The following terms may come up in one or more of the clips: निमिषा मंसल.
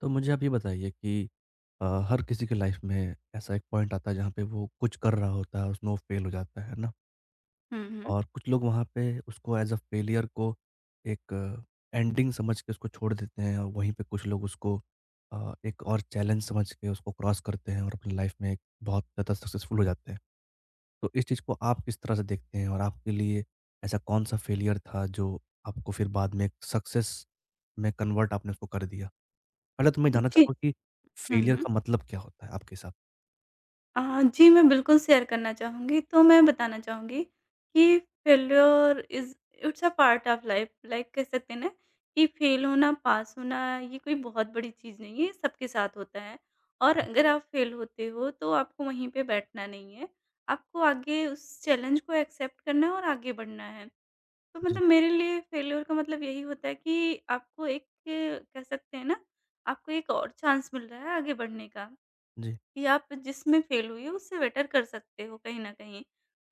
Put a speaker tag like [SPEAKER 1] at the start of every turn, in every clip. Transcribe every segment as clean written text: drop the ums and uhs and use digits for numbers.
[SPEAKER 1] तो मुझे आप ये बताइए कि हर किसी के life में ऐसा एक पॉइंट आता है जहाँ पे वो कुछ कर रहा होता है, और उसमें वो फेल हो जाता है ना?
[SPEAKER 2] हुँ, हुँ।
[SPEAKER 1] और कुछ लोग वहाँ पे उसको एज़ अ फेलियर को एक एंडिंग समझ के उसको छोड़ देते हैं और वहीं पे कुछ लोग उसको एक और चैलेंज समझ के उसको क्रॉस करते हैं और अपनी लाइफ में एक बहुत ज़्यादा सक्सेसफुल हो जाते हैं। तो इस चीज़ को आप किस तरह से देखते हैं और आपके लिए ऐसा कौन-सा फेलियर था जो आपको फिर बाद में एक सक्सेस में कन्वर्ट आपने उसको कर दिया? पहले तो मैं जानना
[SPEAKER 2] जी।
[SPEAKER 1] चाहूँगा कि
[SPEAKER 2] हुँ,
[SPEAKER 1] फेलियर
[SPEAKER 2] हुँ।
[SPEAKER 1] का मतलब क्या होता है आपके हिसाब
[SPEAKER 2] जी, मैं बिल्कुल शेयर करना चाहूँगी। तो मैं बताना चाहूँगी कि failure is it's a part of life. Like कह सकते हैं ना कि फेल होना, पास होना ये कोई बहुत बड़ी चीज़ नहीं है, ये सबके साथ होता है। और
[SPEAKER 1] से?
[SPEAKER 2] अगर आप फेल होते हो तो आपको वहीं पे बैठना नहीं है। आपको आगे उस चैलेंज को एक्सेप्ट करना है और आगे बढ़ना है। तो
[SPEAKER 1] जी,
[SPEAKER 2] मतलब मेरे लिए फेल्योर का मतलब यही होता है कि आपको एक कह सकते हैं ना, आपको एक और चांस मिल रहा है आगे बढ़ने का।
[SPEAKER 1] जी।
[SPEAKER 2] कि आप जिसमें फ़ेल हुई हो उससे बेटर कर सकते हो कहीं न कहीं।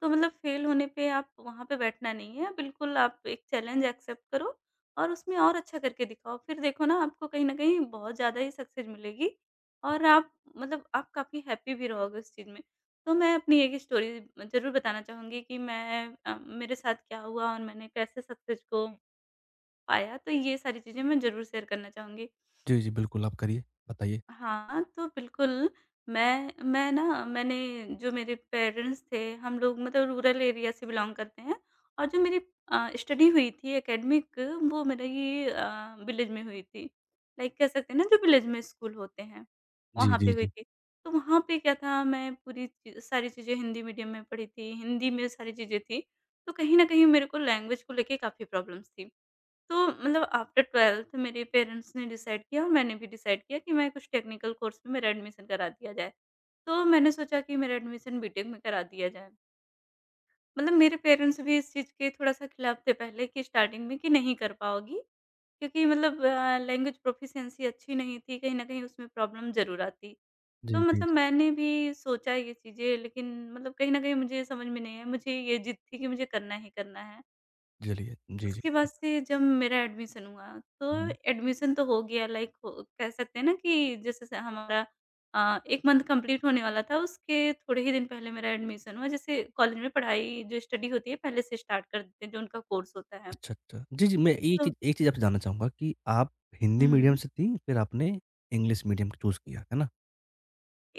[SPEAKER 2] तो मतलब फ़ेल होने पे आप वहाँ पे बैठना नहीं है, बिल्कुल आप एक चैलेंज एक्सेप्ट करो और उसमें और अच्छा करके दिखाओ। फिर देखो ना आपको कहीं न कहीं बहुत ज़्यादा ही सक्सेस मिलेगी और आप मतलब आप काफ़ी हैप्पी भी रहोगे उस चीज़ में। तो मैं अपनी एक स्टोरी ज़रूर बताना चाहूँगी कि मेरे साथ क्या हुआ और मैंने कैसे सक्सेस को पाया, तो ये सारी चीज़ें मैं ज़रूर शेयर करना चाहूँगी।
[SPEAKER 1] जी, जी, बिल्कुल आप करिए, बताइए।
[SPEAKER 2] हाँ, तो बिल्कुल, मैंने जो मेरे पेरेंट्स थे, हम लोग मतलब रूरल एरिया से बिलॉन्ग करते हैं और जो मेरी स्टडी हुई थी एकेडमिक वो मेरी विलेज में हुई थी। लाइक कह सकते हैं ना जो विलेज में स्कूल होते हैं,
[SPEAKER 1] जी,
[SPEAKER 2] वहाँ पे
[SPEAKER 1] जी,
[SPEAKER 2] हुई
[SPEAKER 1] जी।
[SPEAKER 2] थी। तो वहाँ पे क्या था मैं पूरी ची सारी चीज़ें हिंदी मीडियम में पढ़ी थी, हिंदी में सारी चीज़ें थी। तो कहीं न कहीं मेरे को लैंग्वेज को लेके काफ़ी प्रॉब्लम्स थी। तो मतलब आफ्टर 12th मेरे पेरेंट्स ने डिसाइड किया और मैंने भी डिसाइड किया कि मैं कुछ टेक्निकल कोर्स में मेरा एडमिशन करा दिया जाए। तो मैंने सोचा कि मेरा एडमिशन बीटेक में करा दिया जाए। मतलब मेरे पेरेंट्स भी इस चीज़ के थोड़ा-सा खिलाफ थे पहले कि स्टार्टिंग में कि नहीं कर पाओगी, क्योंकि मतलब लैंग्वेज प्रोफिशिएंसी अच्छी नहीं थी, कहीं न कहीं उसमें प्रॉब्लम ज़रूर आती। तो
[SPEAKER 1] जी, जी,
[SPEAKER 2] मतलब
[SPEAKER 1] जी।
[SPEAKER 2] मैंने भी सोचा ये चीज़ें लेकिन मतलब कहीं न कहीं मुझे समझ में नहीं आया, मुझे ये ज़िद थी कि मुझे करना ही करना है।
[SPEAKER 1] चलिए, जी, जी,
[SPEAKER 2] उसके बाद
[SPEAKER 1] जी।
[SPEAKER 2] से जब मेरा एडमिशन हुआ, तो
[SPEAKER 1] हुँ।
[SPEAKER 2] एडमिशन तो हो गया लाइक हो कह सकते हैं ना कि जैसे से हमारा 1 मंथ कंप्लीट होने वाला था, उसके थोड़े ही दिन पहले मेरा एडमिशन हुआ। जैसे कॉलेज में पढ़ाई जो स्टडी होती है, पहले से स्टार्ट कर देते हैं, जो उनका कोर्स होता है।
[SPEAKER 1] अच्छा, अच्छा। जी, जी, मैं एक
[SPEAKER 2] तो
[SPEAKER 1] चीज़ एक चीज़ आपसे जानना चाहूँगा कि आप हिंदी मीडियम
[SPEAKER 2] हुँ।
[SPEAKER 1] से थीं, फिर आपने इंग्लिश मीडियम चूज़ किया, है ना?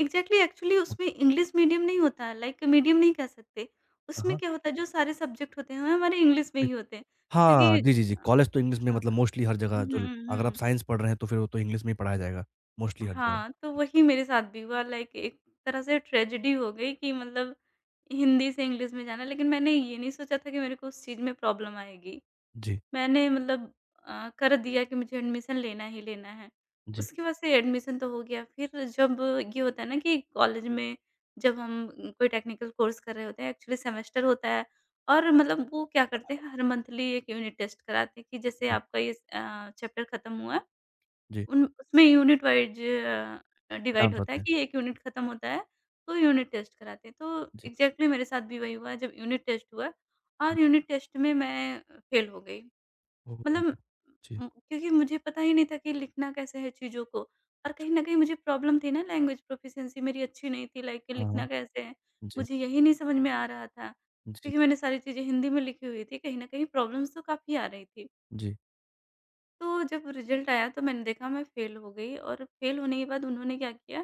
[SPEAKER 2] एग्ज़ैक्टली एक्चुअली
[SPEAKER 1] अब-
[SPEAKER 2] उसमें इंग्लिश मीडियम नहीं होता है, लाइक मीडियम नहीं कह सकते। उसमें
[SPEAKER 1] हाँ।
[SPEAKER 2] क्या होता है, जो सारे सब्जेक्ट होते हैं, वो हमारे इंग्लिश में
[SPEAKER 1] नि
[SPEAKER 2] ही होते हैं,
[SPEAKER 1] हाँ,
[SPEAKER 2] क्योंकि
[SPEAKER 1] जी, जी, जी। कॉलेज तो इंग्लिश में मतलब
[SPEAKER 2] हाँ।
[SPEAKER 1] मोस्टली हर
[SPEAKER 2] हुँ,
[SPEAKER 1] जगह जो अगर आप
[SPEAKER 2] हुँ।
[SPEAKER 1] साइंस पढ़ रहे हैं, तो फिर वो तो इंग्लिश में ही पढ़ाया जाएगा, मोस्टली हर जगह।
[SPEAKER 2] हाँ, तो
[SPEAKER 1] जी,
[SPEAKER 2] वही मेरे साथ भी हुआ लाइक एक तरह से ट्रेजेडी हो गई कि मतलब हिंदी से इंग्लिश में जाना, लेकिन मैंने ये नहीं सोचा था कि मेरे को उस चीज़ में प्रॉब्लम आएगी।
[SPEAKER 1] जी,
[SPEAKER 2] मैंने मतलब कर दिया कि मुझे एडमिशन लेना ही लेना है।
[SPEAKER 1] जी,
[SPEAKER 2] उसकी वजह से एडमिशन तो हो गया, फिर जब ये होता है ना कि कॉलेज में जब हम कोई टेक्निकल कोर्स कर रहे होते हैं, एक्चुअली सेमेस्टर होता है और मतलब वो क्या करते हैं हर मंथली एक यूनिट टेस्ट कराते हैं कि जैसे
[SPEAKER 1] जी,
[SPEAKER 2] आपका ये चैप्टर खत्म हुआ
[SPEAKER 1] जी।
[SPEAKER 2] उन उसमें यूनिट वाइज़ डिवाइड
[SPEAKER 1] एग्ज़ाम्स
[SPEAKER 2] होता है
[SPEAKER 1] होते हैं।
[SPEAKER 2] कि 1 यूनिट खत्म होता है, तो यूनिट टेस्ट कराते हैं। तो
[SPEAKER 1] जी।
[SPEAKER 2] एग्ज़ैक्टली मेरे साथ भी वही हुआ जब यूनिट टेस्ट हुआ और यूनिट टेस्ट में मैं फेल हो गई।
[SPEAKER 1] ओह!
[SPEAKER 2] मतलब
[SPEAKER 1] जी।
[SPEAKER 2] क्योंकि मुझे पता ही नहीं था कि लिखना कैसे है चीज़ों को और कहीं न कहीं मुझे प्रॉब्लम थी ना लैंग्वेज प्रोफिशिएंसी मेरी अच्छी नहीं थी लाइक
[SPEAKER 1] हाँ,
[SPEAKER 2] लिखना
[SPEAKER 1] हाँ।
[SPEAKER 2] कैसे है,
[SPEAKER 1] जी,
[SPEAKER 2] मुझे यही नहीं समझ में आ रहा था।
[SPEAKER 1] जी,
[SPEAKER 2] क्योंकि मैंने सारी चीज़ें हिंदी में लिखी हुई थी, कहीं न कहीं प्रॉब्लम्स तो काफ़ी आ रही थी।
[SPEAKER 1] जी,
[SPEAKER 2] तो जब रिज़ल्ट आया तो मैंने देखा मैं फ़ेल हो गई और फ़ेल होने के बाद उन्होंने क्या किया,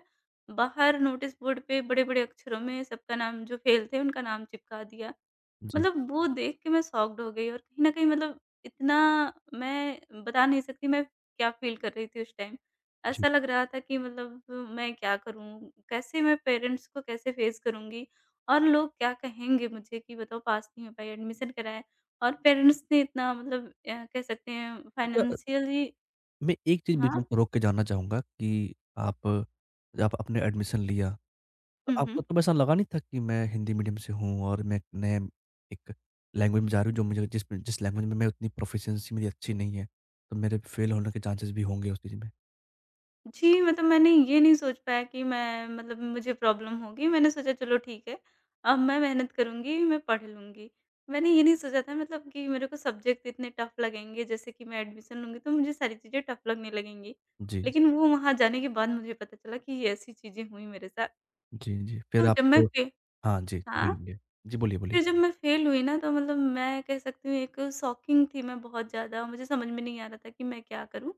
[SPEAKER 2] बाहर नोटिस बोर्ड पे बड़े-बड़े अक्षरों में सबका नाम जो फ़ेल थे उनका नाम चिपका दिया।
[SPEAKER 1] जी,
[SPEAKER 2] मतलब वो देख के मैं शॉक्ड हो गई और कहीं न कहीं मतलब इतना मैं बता नहीं सकती मैं क्या फ़ील कर रही थी उस टाइम।
[SPEAKER 1] जी।
[SPEAKER 2] ऐसा लग रहा था कि मतलब मैं क्या करूँ? कैसे मैं पेरेंट्स को कैसे फ़ेस करूँगी? और लोग क्या कहेंगे मुझे कि बताओ पास नहीं हो पाई, एडमिशन कराया और पेरेंट्स ने इतना मतलब कह सकते हैं
[SPEAKER 1] अच्छा,
[SPEAKER 2] फाइनेंशियली
[SPEAKER 1] मैं एक चीज़ बीच
[SPEAKER 2] हाँ।
[SPEAKER 1] में आपको रोक के जानना चाहूँगा कि आप जब आपने एडमिशन लिया, तो
[SPEAKER 2] हुँ, हुँ।
[SPEAKER 1] आपको तब ऐसा लगा नहीं था कि मैं हिंदी मीडियम से हूँ और मैं एक नए एक लैंग्वेज में जा रही हूँ जो मुझे जिस जिस लैंग्वेज में मैं उतनी प्रोफ़िशिएंसी मेरी अच्छी नहीं है, तो मेरे फेल होने के चांसेस भी होंगे उस चीज़ में?
[SPEAKER 2] जी, मतलब मैंने ये नहीं सोच पाया कि मैं मतलब मुझे प्रॉब्लम होगी। मैंने सोचा चलो ठीक है, अब मैं मेहनत करूँगी, मैं पढ़ लूँगी। मैंने ये नहीं सोचा था मतलब कि मेरे को सब्जेक्ट इतने टफ़ लगेंगे, जैसे कि मैं एडमिशन लूँगी तो मुझे सारी चीज़ें टफ़ लगने लगेंगी।
[SPEAKER 1] जी, जी,
[SPEAKER 2] लेकिन वो वहाँ जाने के बाद मुझे पता चला कि ये ऐसी चीज़ें हुई मेरे साथ।
[SPEAKER 1] जी, जी। फिर
[SPEAKER 2] तो
[SPEAKER 1] आप
[SPEAKER 2] जब मैं
[SPEAKER 1] तो
[SPEAKER 2] फे
[SPEAKER 1] हाँ जी,
[SPEAKER 2] हाँ?
[SPEAKER 1] बोलिए। जी, बोलिए, बोलिए।
[SPEAKER 2] फिर जब मैं फेल हुई ना तो मतलब मैं कह सकती हूँ एक शॉकिंग थी मैं बहुत ज़्यादा मुझे समझ में नहीं आ रहा था कि मैं क्या करूँ।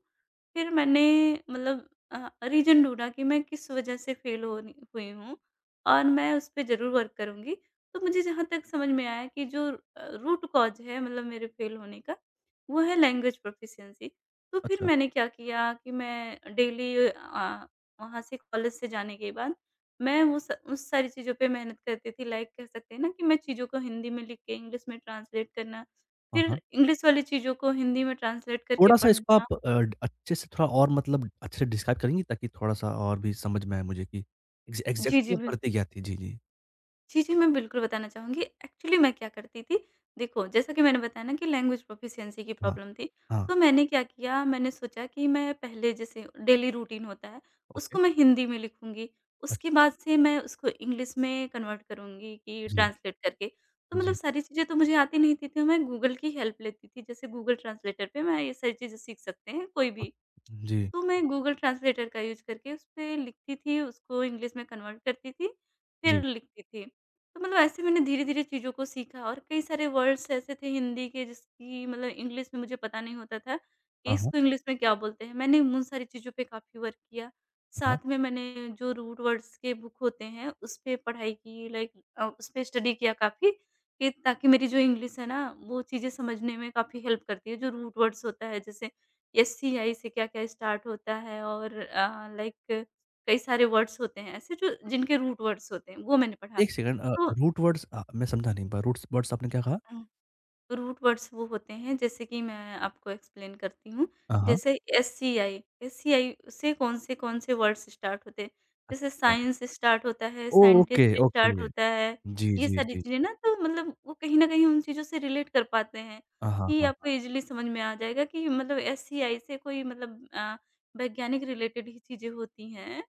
[SPEAKER 2] फिर मैंने मतलब रीज़न ढूँढा कि मैं किस वज़ह से फेल हो रही हुई हूँ और मैं उस पे ज़रूर वर्क करूँगी। तो मुझे जहाँ तक समझ में आया कि जो रूट कॉज़ है मतलब मेरे फेल होने का, वो है लैंग्वेज प्रोफ़िशिएंसी। तो फिर
[SPEAKER 1] अच्छा।
[SPEAKER 2] मैंने क्या किया कि मैं डेली वहाँ से कॉलेज से जाने के बाद मैं वो स उस सारी चीज़ों पे मेहनत करती थी लाइक कह सकते हैं ना कि मैं चीज़ों को हिंदी में लिख के इंग्लिश में ट्रांसलेट करना,
[SPEAKER 1] हाँ,
[SPEAKER 2] फिर
[SPEAKER 1] हाँ।
[SPEAKER 2] इंग्लिश वाली चीज़ों को हिंदी में ट्रांसलेट करके
[SPEAKER 1] थोड़ा-सा इसको
[SPEAKER 2] पढ़ना
[SPEAKER 1] आप अच्छे से थोड़ा और मतलब अच्छे से डिस्क्राइब करेंगी ताकि थोड़ा-सा और भी समझ में आए मुझे कि
[SPEAKER 2] जी, जी।
[SPEAKER 1] एग्ज़ैक्टली ये
[SPEAKER 2] बिल
[SPEAKER 1] पड़ती क्या थी? जी, जी।
[SPEAKER 2] जी, जी, मैं बिल्कुल बताना चाहूँगी। एक्चुअली मैं क्या करती थी, देखो जैसा कि मैंने बताया ना कि लैंग्वेज प्रोफ़िशिएंसी की
[SPEAKER 1] हाँ,
[SPEAKER 2] प्रॉब्लम थी।
[SPEAKER 1] हाँ,
[SPEAKER 2] तो मैंने क्या किया, मैंने सोचा कि मैं पहले जैसे डेली रूटीन होता है,
[SPEAKER 1] ओके।
[SPEAKER 2] उसको मैं हिंदी में लिखूँगी। उसके
[SPEAKER 1] अच्छा,
[SPEAKER 2] बाद से मैं उसको इंग्लिश में कन्वर्ट करूँगी कि
[SPEAKER 1] जी,
[SPEAKER 2] ट्रांसलेट करके। तो मतलब
[SPEAKER 1] जी,
[SPEAKER 2] सारी चीज़ें तो मुझे आती नहीं थी, तो मैं गूगल की हेल्प लेती थी। जैसे गूगल ट्रांसलेटर पे मैं ये सारी चीज़ें सीख सकते हैं कोई
[SPEAKER 1] ओक
[SPEAKER 2] भी
[SPEAKER 1] जी,
[SPEAKER 2] तो मैं गूगल ट्रांसलेटर का यूज़ करके उसपे लिखती थी, उसको इंग्लिश में कन्वर्ट करती थी, फिर
[SPEAKER 1] जी।
[SPEAKER 2] लिखती थी। तो मतलब ऐसे मैंने धीरे-धीरे चीज़ों को सीखा और कई सारे वर्ड्स ऐसे थे हिंदी के जिसकी मतलब इंग्लिश में मुझे पता नहीं होता था कि
[SPEAKER 1] हाँ, हाँ,
[SPEAKER 2] इसको इंग्लिश में क्या बोलते हैं। मैंने उन सारी चीज़ों पे काफ़ी वर्क किया।
[SPEAKER 1] हाँ।
[SPEAKER 2] साथ में मैंने जो रूट वर्ड्स के बुक होते हैं, उसपे पढ़ाई की लाइक उसपे स्टडी किया काफ़ी कि ताकि मेरी जो इंग्लिश है ना, वो चीज़ें समझने में काफ़ी हेल्प करती है। जो रूट वर्ड्स होता है जैसे एससीआई से क्या-क्या स्टार्ट होता है और लाइक कई सारे वर्ड्स होते हैं ऐसे जो जिनके रूट वर्ड्स होते हैं, वो मैंने पढ़ा।
[SPEAKER 1] 1 सेकंड
[SPEAKER 2] तो
[SPEAKER 1] रूट वर्ड्स मैं समझा नहीं पा रूट्स वर्ड्स आपने क्या कहा?
[SPEAKER 2] अ रूट वर्ड्स वो होते हैं जैसे कि मैं आपको एक्सप्लेन करती हूँ।
[SPEAKER 1] हाँ, हाँ।
[SPEAKER 2] जैसे एससीआई से कौन-से-कौन से वर्ड्स स्टार्ट होते हैं। जैसे
[SPEAKER 1] अच्छा।
[SPEAKER 2] साइंस स्टार्ट होता है,
[SPEAKER 1] oh! Okay,
[SPEAKER 2] scientist
[SPEAKER 1] okay.
[SPEAKER 2] Start होता है,
[SPEAKER 1] जी,
[SPEAKER 2] ये
[SPEAKER 1] जी,
[SPEAKER 2] सारी
[SPEAKER 1] जी, जी।
[SPEAKER 2] चीज़ें ना तो मतलब वो कहीं न कहीं उन चीज़ों से रिलेट कर पाते हैं
[SPEAKER 1] हाँ, हाँ,
[SPEAKER 2] कि आपको
[SPEAKER 1] हाँ।
[SPEAKER 2] ईज़िली समझ में आ जाएगा कि मतलब एससीआई से कोई मतलब वैज्ञानिक रिलेटेड ही चीज़ें होती हैं।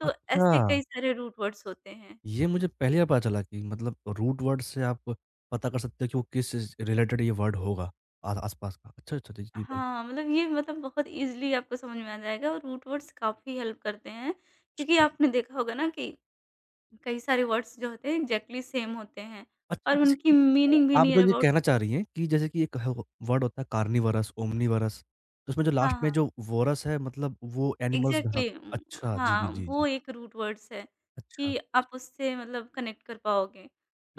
[SPEAKER 2] तो
[SPEAKER 1] अच्छा।
[SPEAKER 2] ऐसे कई सारे रूट वर्ड्स होते हैं।
[SPEAKER 1] ये मुझे पहली बार पता चला कि मतलब रूट वर्ड से आप पता कर सकते हो कि वो किस रिलेटेड ये वर्ड होगा आसपास का अच्छा अच्छा जी जी, बिल्कुल।
[SPEAKER 2] हाँ, मतलब ये मतलब बहुत ईज़िली आपको समझ में आ जाएगा और रूट वर्ड्स काफ़ी हेल्प करते हैं, क्योंकि
[SPEAKER 1] अच्छा
[SPEAKER 2] आपने देखा होगा ना कि कई सारे वर्ड्स जो होते हैं एग्ज़ैक्टली सेम होते हैं
[SPEAKER 1] अच्छा
[SPEAKER 2] और
[SPEAKER 1] जैसे
[SPEAKER 2] उनकी
[SPEAKER 1] कि
[SPEAKER 2] मीनिंग भी
[SPEAKER 1] आप जो
[SPEAKER 2] नियर
[SPEAKER 1] ये
[SPEAKER 2] अबाउट
[SPEAKER 1] कहना
[SPEAKER 2] सेम
[SPEAKER 1] चाह रही हैं कि जैसे कि एक वर्ड होता है कार्निवरस ओमनीवरस तो उसमें जो
[SPEAKER 2] हाँ,
[SPEAKER 1] लास्ट में
[SPEAKER 2] हाँ,
[SPEAKER 1] जो वोरस है मतलब वो एनिमल्स धरा
[SPEAKER 2] एग्ज़ैक्टली
[SPEAKER 1] अच्छा जी जी
[SPEAKER 2] हाँ,
[SPEAKER 1] जी
[SPEAKER 2] वो
[SPEAKER 1] जी
[SPEAKER 2] एक रूट वर्ड्स है
[SPEAKER 1] अच्छा अच्छा।
[SPEAKER 2] कि आप उससे मतलब कनेक्ट कर पाओगे।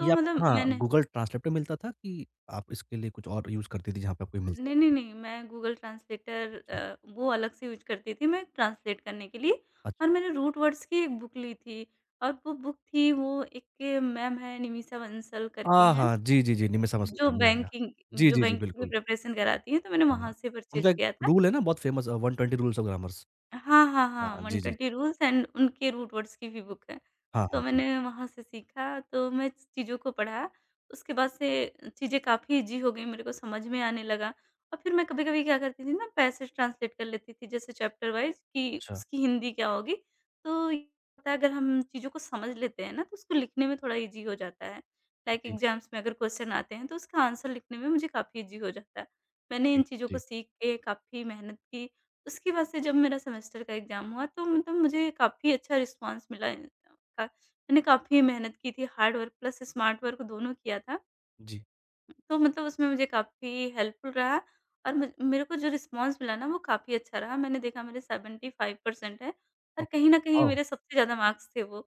[SPEAKER 1] ये आपको
[SPEAKER 2] मतलब
[SPEAKER 1] हाँ
[SPEAKER 2] मैंने
[SPEAKER 1] गूगल ट्रांसलेट पे मिलता था कि आप इसके लिए कुछ और यूज करती थी जहाँ पे आपको ये मिलता
[SPEAKER 2] नहीं, नहीं,
[SPEAKER 1] था
[SPEAKER 2] नहीं, मैं गूगल ट्रांसलेटर
[SPEAKER 1] अच्छा
[SPEAKER 2] वो अलग से यूज़ करती थी मैं ट्रांसलेट करने के लिए और
[SPEAKER 1] अच्छा।
[SPEAKER 2] मैंने रूट वर्ड्स की एक बुक ली थी और वो बुक थी वो एक मैम हैं निमिषा बंसल करके
[SPEAKER 1] हाँ
[SPEAKER 2] हैं,
[SPEAKER 1] हाँ जी जी जी नहीं मैं समझ
[SPEAKER 2] जो
[SPEAKER 1] गया या, या। जी जी जी
[SPEAKER 2] बैंकिंग की
[SPEAKER 1] बिल्कुल
[SPEAKER 2] प्रिपरेशन कराती हैं, तो मैंने
[SPEAKER 1] हाँ,
[SPEAKER 2] वहाँ
[SPEAKER 1] हाँ।
[SPEAKER 2] से परचेज़
[SPEAKER 1] उनका एक
[SPEAKER 2] किया था।
[SPEAKER 1] रूल है ना बहुत फेमस 120 रूल्स ऑफ ग्रामर्स।
[SPEAKER 2] हाँ, हाँ, हाँ,
[SPEAKER 1] हाँ, जी, जी।
[SPEAKER 2] 120
[SPEAKER 1] जी।
[SPEAKER 2] रूल्स एंड उनके रूट वर्ड्स की भी बुक है।
[SPEAKER 1] हाँ,
[SPEAKER 2] तो
[SPEAKER 1] हाँ, जी।
[SPEAKER 2] मैंने वहाँ से सीखा, तो मैं चीज़ों को पढ़ा, उसके बाद से चीज़ें काफ़ी ईज़ी हो गई, मेरे को समझ में आने लगा और फिर मैं कभी-कभी क्या करती थी ना पैसेज ट्रांसलेट कर लेती थी, जैसे चैप्टर वाइज़ कि
[SPEAKER 1] अच्छा।
[SPEAKER 2] उसकी हिंदी क्या होगी। तो ये होता है अगर हम चीज़ों को समझ लेते हैं ना, तो उसको लिखने में थोड़ा ईज़ी हो जाता है। लाइक
[SPEAKER 1] जी,
[SPEAKER 2] एग्ज़ाम्स में अगर क्वेश्चन आते हैं, तो उसका आंसर लिखने में मुझे काफ़ी ईज़ी हो जाता है। मैंने इन
[SPEAKER 1] जी,
[SPEAKER 2] चीज़ों को
[SPEAKER 1] जी,
[SPEAKER 2] सीख के काफ़ी मेहनत की उसके बाद से जब मेरा सेमेस्टर का एग्ज़ाम हुआ तो मतलब मुझे काफ़ी अच्छा रिस्पॉन्स मिला। का मैंने काफ़ी मेहनत की थी, hard work plus smart work दोनों किया था।
[SPEAKER 1] जी।
[SPEAKER 2] तो मतलब उसमें मुझे काफ़ी हेल्पफुल रहा और मुझ मेरे को जो रिस्पॉन्स मिला ना वो काफ़ी अच्छा रहा। मैंने देखा मेरे 75% है और
[SPEAKER 1] ओह!
[SPEAKER 2] कहीं न कहीं
[SPEAKER 1] वाओ!
[SPEAKER 2] मेरे सबसे ज़्यादा मार्क्स थे वो।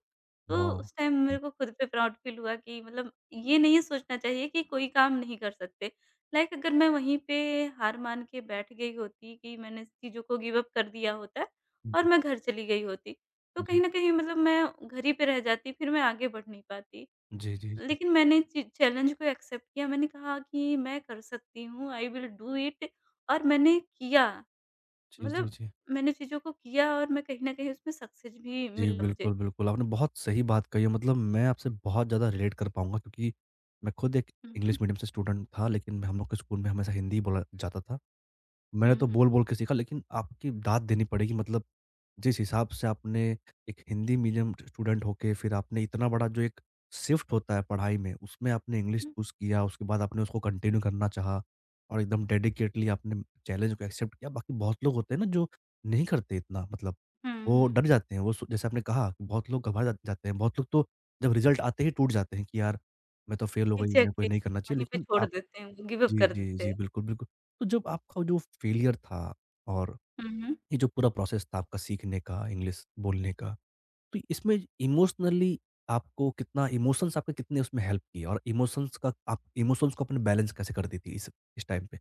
[SPEAKER 2] तो
[SPEAKER 1] वाओ!
[SPEAKER 2] उस टाइम मेरे
[SPEAKER 1] जी,
[SPEAKER 2] को खुद पे प्राउड फील हुआ कि मतलब ये नहीं सोचना चाहिए कि कोई काम नहीं कर सकते। लाइक अगर मैं वहीं पे हार मान के बैठ गई होती कि मैंने इस चीज़ों को गिव अप कर दिया होता
[SPEAKER 1] जी,
[SPEAKER 2] और
[SPEAKER 1] जी।
[SPEAKER 2] मैं घर चली गई होती, तो कहीं न कहीं मतलब मैं घर ही पे रह जाती, फिर मैं आगे बढ़ नहीं पाती।
[SPEAKER 1] जी, जी, जी।
[SPEAKER 2] लेकिन मैंने चि चैलेंज को एक्सेप्ट किया, मैंने कहा कि मैं कर सकती हूँ, आई विल डू इट और मैंने किया।
[SPEAKER 1] जी, जी,
[SPEAKER 2] मतलब
[SPEAKER 1] जी।
[SPEAKER 2] मैंने चीज़ों को किया और मैं कहीं न कहीं उसमें सक्सेस भी
[SPEAKER 1] जी,
[SPEAKER 2] मिला मुझे।
[SPEAKER 1] बिल्कुल, बिल्कुल। आपने बहुत सही बात कही है मतलब मैं आपसे बहुत ज़्यादा रिलेट कर पाऊँगा क्योंकि मैं खुद एक
[SPEAKER 2] हुँ, हुँ।
[SPEAKER 1] इंग्लिश मीडियम से स्टूडेंट था लेकिन हम लोग के स्कूल में हमेशा हिंदी बोला जाता था। मैंने
[SPEAKER 2] हुँ,
[SPEAKER 1] तो
[SPEAKER 2] हुँ,
[SPEAKER 1] बोल-बोल के सीखा लेकिन आपकी दाद देनी पड़ेगी मतलब जिस हिसाब से आपने एक हिंदी मीडियम स्टूडेंट होके फिर आपने इतना बड़ा जो एक शिफ्ट होता है पढ़ाई में, उसमें आपने इंग्लिश
[SPEAKER 2] हुँ।
[SPEAKER 1] चूज़ किया, उसके बाद आपने उसको कंटिन्यू करना चाहा और एकदम डेडिकेटली आपने चैलेंज को एक्सेप्ट किया। बाकी बहुत लोग होते हैं ना जो नहीं करते इतना मतलब,
[SPEAKER 2] हुँ,
[SPEAKER 1] वो
[SPEAKER 2] हुँ।
[SPEAKER 1] डर जाते हैं। वो सो जैसे आपने कहा कि बहुत लोग घबरा जा जाते हैं, बहुत लोग तो जब रिज़ल्ट आते ही टूट जाते हैं कि यार मैं तो फेल हो गई, मैं कोई
[SPEAKER 2] एग्ज़ैक्टली
[SPEAKER 1] नहीं करना चाहिए
[SPEAKER 2] वहीं पे
[SPEAKER 1] लेकिन
[SPEAKER 2] छोड़
[SPEAKER 1] आप
[SPEAKER 2] देते हैं, गिव अप
[SPEAKER 1] जी,
[SPEAKER 2] कर
[SPEAKER 1] जी,
[SPEAKER 2] देते हैं।
[SPEAKER 1] जी। बिल्कुल, बिल्कुल। तो जब आपका जो फेलियर था और
[SPEAKER 2] हुँ, हुँ।
[SPEAKER 1] ये जो पूरा प्रोसेस था आपका सीखने का, इंग्लिश बोलने का, तो इसमें इमोशनली आपको कितना इमोशंस आपके कितने उसमें हेल्प किए और इमोशंस का आप इमोशंस को अपने बैलेंस कैसे करती थी इस टाइम पे?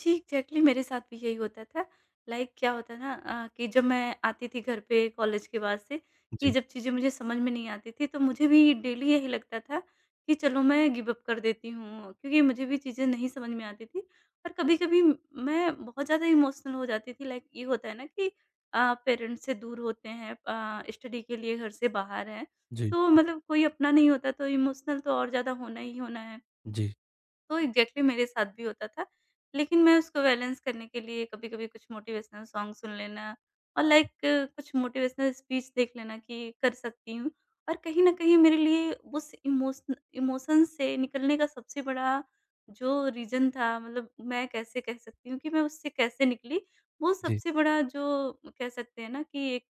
[SPEAKER 2] जी, एग्ज़ैक्टली मेरे साथ भी यही होता था। लाइक क्या होता ना कि जब मैं आती थी घर पे कॉलेज के बाद से कि
[SPEAKER 1] जी,
[SPEAKER 2] जब चीज़ें मुझे समझ में नहीं आती थी, तो मुझे भी डेली यही लगता था कि चलो मैं गिव अप कर देती हूँ, क्योंकि मुझे भी चीज़ें नहीं समझ में आती थी। और कभी-कभी मैं बहुत ज़्यादा इमोशनल हो जाती थी लाइक ये होता है ना कि पेरेंट्स से दूर होते हैं स्टडी के लिए घर से बाहर हैं,
[SPEAKER 1] जी,
[SPEAKER 2] तो मतलब कोई अपना नहीं होता तो इमोशनल तो और ज़्यादा होना ही होना है।
[SPEAKER 1] जी,
[SPEAKER 2] तो एग्ज़ैक्टली मेरे साथ भी होता था। लेकिन मैं उसको बैलेंस करने के लिए कभी-कभी कुछ मोटिवेशनल सॉन्ग सुन लेना और लाइक कुछ मोटिवेशनल स्पीच देख लेना कि कर सकती हूँ। और कहीं न कहीं मेरे लिए उस इमोशन इमोशन से निकलने का सबसे बड़ा जो रीज़न था मतलब मैं कैसे कह सकती हूँ कि मैं उससे कैसे निकली, वो
[SPEAKER 1] जी,
[SPEAKER 2] सबसे बड़ा जो कह सकते हैं ना कि एक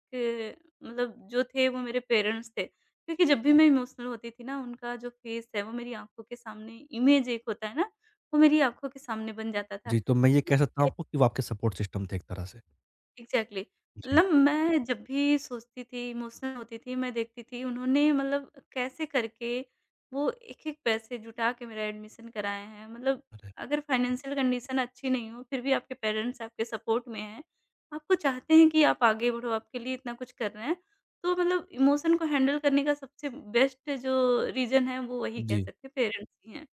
[SPEAKER 2] मतलब जो थे वो मेरे पेरेंट्स थे। क्योंकि जब भी मैं इमोशनल होती थी ना, उनका जो फ़ेस है, वो मेरी आँखों के सामने इमेज एक होता है ना, वो मेरी आँखों के सामने बन जाता था।
[SPEAKER 1] जी। तो मैं ये कह सकता हूँ आपको कि वो आपके सपोर्ट सिस्टम थे एक तरह से।
[SPEAKER 2] एग्ज़ैक्टली
[SPEAKER 1] जी।
[SPEAKER 2] मतलब मैं जब भी सोचती थी, इमोशनल होती थी, मैं देखती थी उन्होंने मतलब कैसे करके वो एक-एक पैसे जुटा के मेरा एडमिशन कराए हैं। मतलब
[SPEAKER 1] अरे!
[SPEAKER 2] अगर फाइनेंशियल कंडीशन अच्छी नहीं हो, फिर भी आपके पेरेंट्स आपके सपोर्ट में हैं, आपको चाहते हैं कि आप आगे बढ़ो, आपके लिए इतना कुछ कर रहे हैं। तो मतलब इमोशन को हैंडल करने का सबसे बेस्ट जो रीज़न है, वो वही कह
[SPEAKER 1] जी।
[SPEAKER 2] सकते हैं पेरेंट्स ही हैं।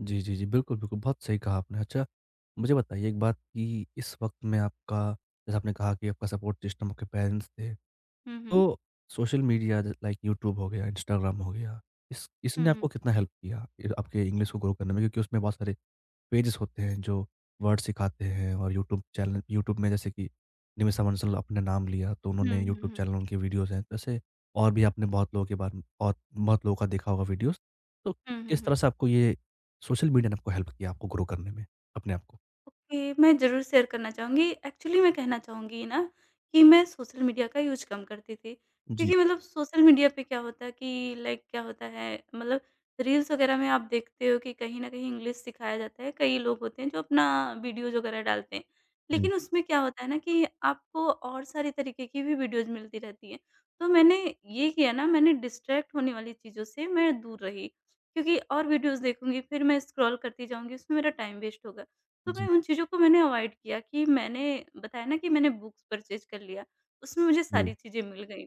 [SPEAKER 1] जी, जी, जी। बिल्कुल, बिल्कुल, बहुत सही कहा आपने। अच्छा, मुझे बताइए एक बात कि इस वक़्त में आपका जैसे आपने कहा कि आपका सपोर्ट सिस्टम आपके पेरेंट्स थे,
[SPEAKER 2] हुँ, हुँ।
[SPEAKER 1] तो सोशल मीडिया ज लाइक यूट्यूब हो गया, इंस्टाग्राम हो गया, इस
[SPEAKER 2] हुँ,
[SPEAKER 1] इसने
[SPEAKER 2] हुँ।
[SPEAKER 1] आपको कितना हेल्प किया, ये आपके इंग्लिश को ग्रो करने में? क्योंकि उसमें बहुत सारे पेजेस होते हैं जो वर्ड सिखाते हैं और यूट्यूब चैनल यूट्यूब में जैसे कि निमिषा मंसल अपने नाम लिया तो
[SPEAKER 2] हुँ,
[SPEAKER 1] उन्होंने
[SPEAKER 2] हुँ,
[SPEAKER 1] यूट्यूब
[SPEAKER 2] हुँ।
[SPEAKER 1] चैनल उनके वीडियोज़ हैं। तो ऐसे और भी आपने बहुत लोगों के बारे में बहुत बहुत लोगों का देखा होगा वीडियोज़। तो
[SPEAKER 2] हुँ, हुँ,
[SPEAKER 1] किस तरह
[SPEAKER 2] हुँ।
[SPEAKER 1] से आपको ये सोशल मीडिया ने आपको हेल्प किया आपको ग्रो करने में, अपने आप को?
[SPEAKER 2] ओके, मैं ज़रूर शेयर करना चाहूँगी। एक्चुअली मैं कहना चाहूँगी ना कि मैं सोशल मीडिया का यूज़ कम करती थी।
[SPEAKER 1] जी,
[SPEAKER 2] क्योंकि मतलब सोशल मीडिया पे क्या होता है कि लाइक क्या होता है मतलब रील्स वगैरह में आप देखते हो कि कहीं न कहीं इंग्लिश सिखाया जाता है। कई लोग होते हैं जो अपना वीडियोज़ वगैरह डालते हैं।
[SPEAKER 1] जी,
[SPEAKER 2] लेकिन उसमें क्या होता है ना कि आपको और सारे तरीके की भी वीडियोज़ मिलती रहती हैं। तो मैंने ये किया ना मैंने डिस्ट्रैक्ट होने वाली चीज़ों से मैं दूर रही। क्योंकि और वीडियोज़ देखूँगी फिर मैं स्क्रॉल करती जाऊँगी उसमें मेरा टाइम वेस्ट होगा। तो
[SPEAKER 1] जी,
[SPEAKER 2] मैं
[SPEAKER 1] जी।
[SPEAKER 2] उन चीज़ों को मैंने अवॉइड किया कि मैंने बताया ना कि मैंने बुक्स परचेज़ कर लिया, उसमें मुझे सारी चीज़ें मिल गईं।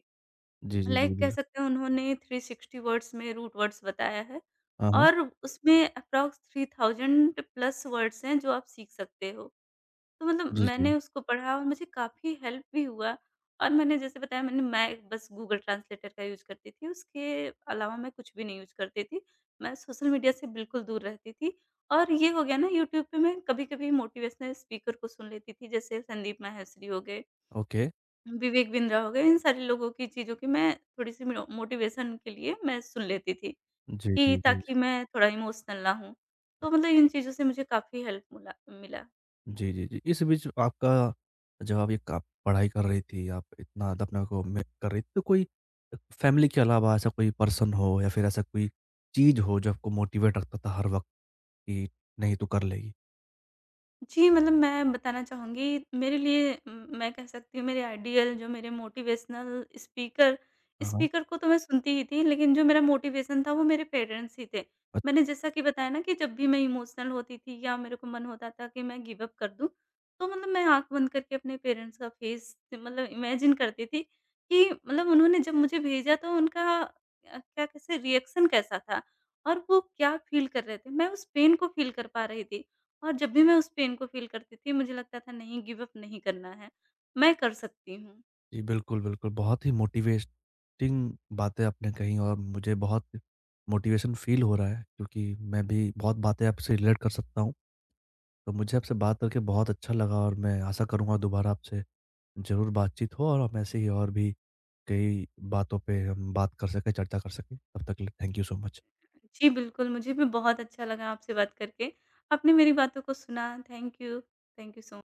[SPEAKER 1] जी, जी, जी,
[SPEAKER 2] लाइक कह
[SPEAKER 1] बिल्कुल।
[SPEAKER 2] सकते हैं उन्होंने 360 वर्ड्स में रूट वर्ड्स बताया है
[SPEAKER 1] हाँ, हाँ।
[SPEAKER 2] और उसमें अप्रॉक्स 3,000 प्लस वर्ड्स हैं जो आप सीख सकते हो। तो मतलब
[SPEAKER 1] जी,
[SPEAKER 2] मैंने
[SPEAKER 1] जी।
[SPEAKER 2] उसको पढ़ा और मुझे काफ़ी हेल्प भी हुआ और मैंने जैसे बताया मैं बस गूगल ट्रांसलेटर का यूज़ करती थी, उसके अलावा मैं कुछ भी नहीं यूज़ करती थी। मैं सोशल मीडिया से बिल्कुल दूर रहती थी और ये हो गया ना यूट्यूब पे मैं कभी-कभी मोटिवेशनल स्पीकर को सुन लेती थी, जैसे संदीप माहेश्वरी हो गए,
[SPEAKER 1] ओके।
[SPEAKER 2] विवेक बिंद्रा हो गए, इन सारे लोगों की चीज़ों की मैं थोड़ी-सी मो मोटिवेशन के लिए मैं सुन लेती थी
[SPEAKER 1] जी, जी,
[SPEAKER 2] कि
[SPEAKER 1] जी।
[SPEAKER 2] ताकि मैं थोड़ा इमोशनल ना हूँ। तो मतलब इन चीज़ों से मुझे काफ़ी हेल्प मुला मिला।
[SPEAKER 1] जी, जी, जी। इस बीच आपका जब आप ये का पढ़ाई कर रही थी, आप इतना ज़्यादा अपने को में कर रही थी, तो कोई फैमिली के अलावा ऐसा कोई पर्सन हो या फिर ऐसा कोई चीज़ हो जो आपको मोटिवेट रखता था हर वक़्त कि नहीं तू कर लेगी?
[SPEAKER 2] जी, मतलब मैं बताना चाहूँगी मेरे लिए मैं कह सकती हूँ मेरे आइडियल जो मेरे मोटिवेशनल स्पीकर
[SPEAKER 1] हाँ, हाँ।
[SPEAKER 2] स्पीकर को तो मैं सुनती ही थी, लेकिन जो मेरा मोटिवेशन था वो मेरे पेरेंट्स ही थे।
[SPEAKER 1] अच्छा,
[SPEAKER 2] मैंने जैसा कि बताया ना कि जब भी मैं इमोशनल होती थी या मेरे को मन होता था कि मैं गिव अप कर दूँ, तो मतलब मैं आँख बंद करके अपने पेरेंट्स का फेस मतलब इमेजिन करती थी कि मतलब उन्होंने जब मुझे भेजा तो उनका क्या कैसे रिएक्शन कैसा था और वो क्या फ़ील कर रहे थे। मैं उस पेन को फ़ील कर पा रही थी। और जब भी मैं उस पेन को फ़ील करती थी, मुझे लगता था नहीं गिव अप नहीं करना है, मैं कर सकती हूँ।
[SPEAKER 1] जी बिल्कुल, बिल्कुल। बहुत ही मोटिवेटिंग बातें आपने कही और मुझे बहुत मोटिवेशन फ़ील हो रहा है क्योंकि मैं भी बहुत बातें आपसे रिलेट कर सकता हूँ। तो मुझे आपसे बात करके बहुत अच्छा लगा और मैं आशा करूँगा दोबारा आपसे ज़रूर बातचीत हो और हम ऐसे ही और भी कई बातों पे हम बात कर सकें, चर्चा कर सकें। तब तक के लिए थैंक यू सो मच।
[SPEAKER 2] जी, बिल्कुल मुझे भी बहुत अच्छा लगा आपसे बात करके। आपने मेरी बातों को सुना, thank you. Thank you so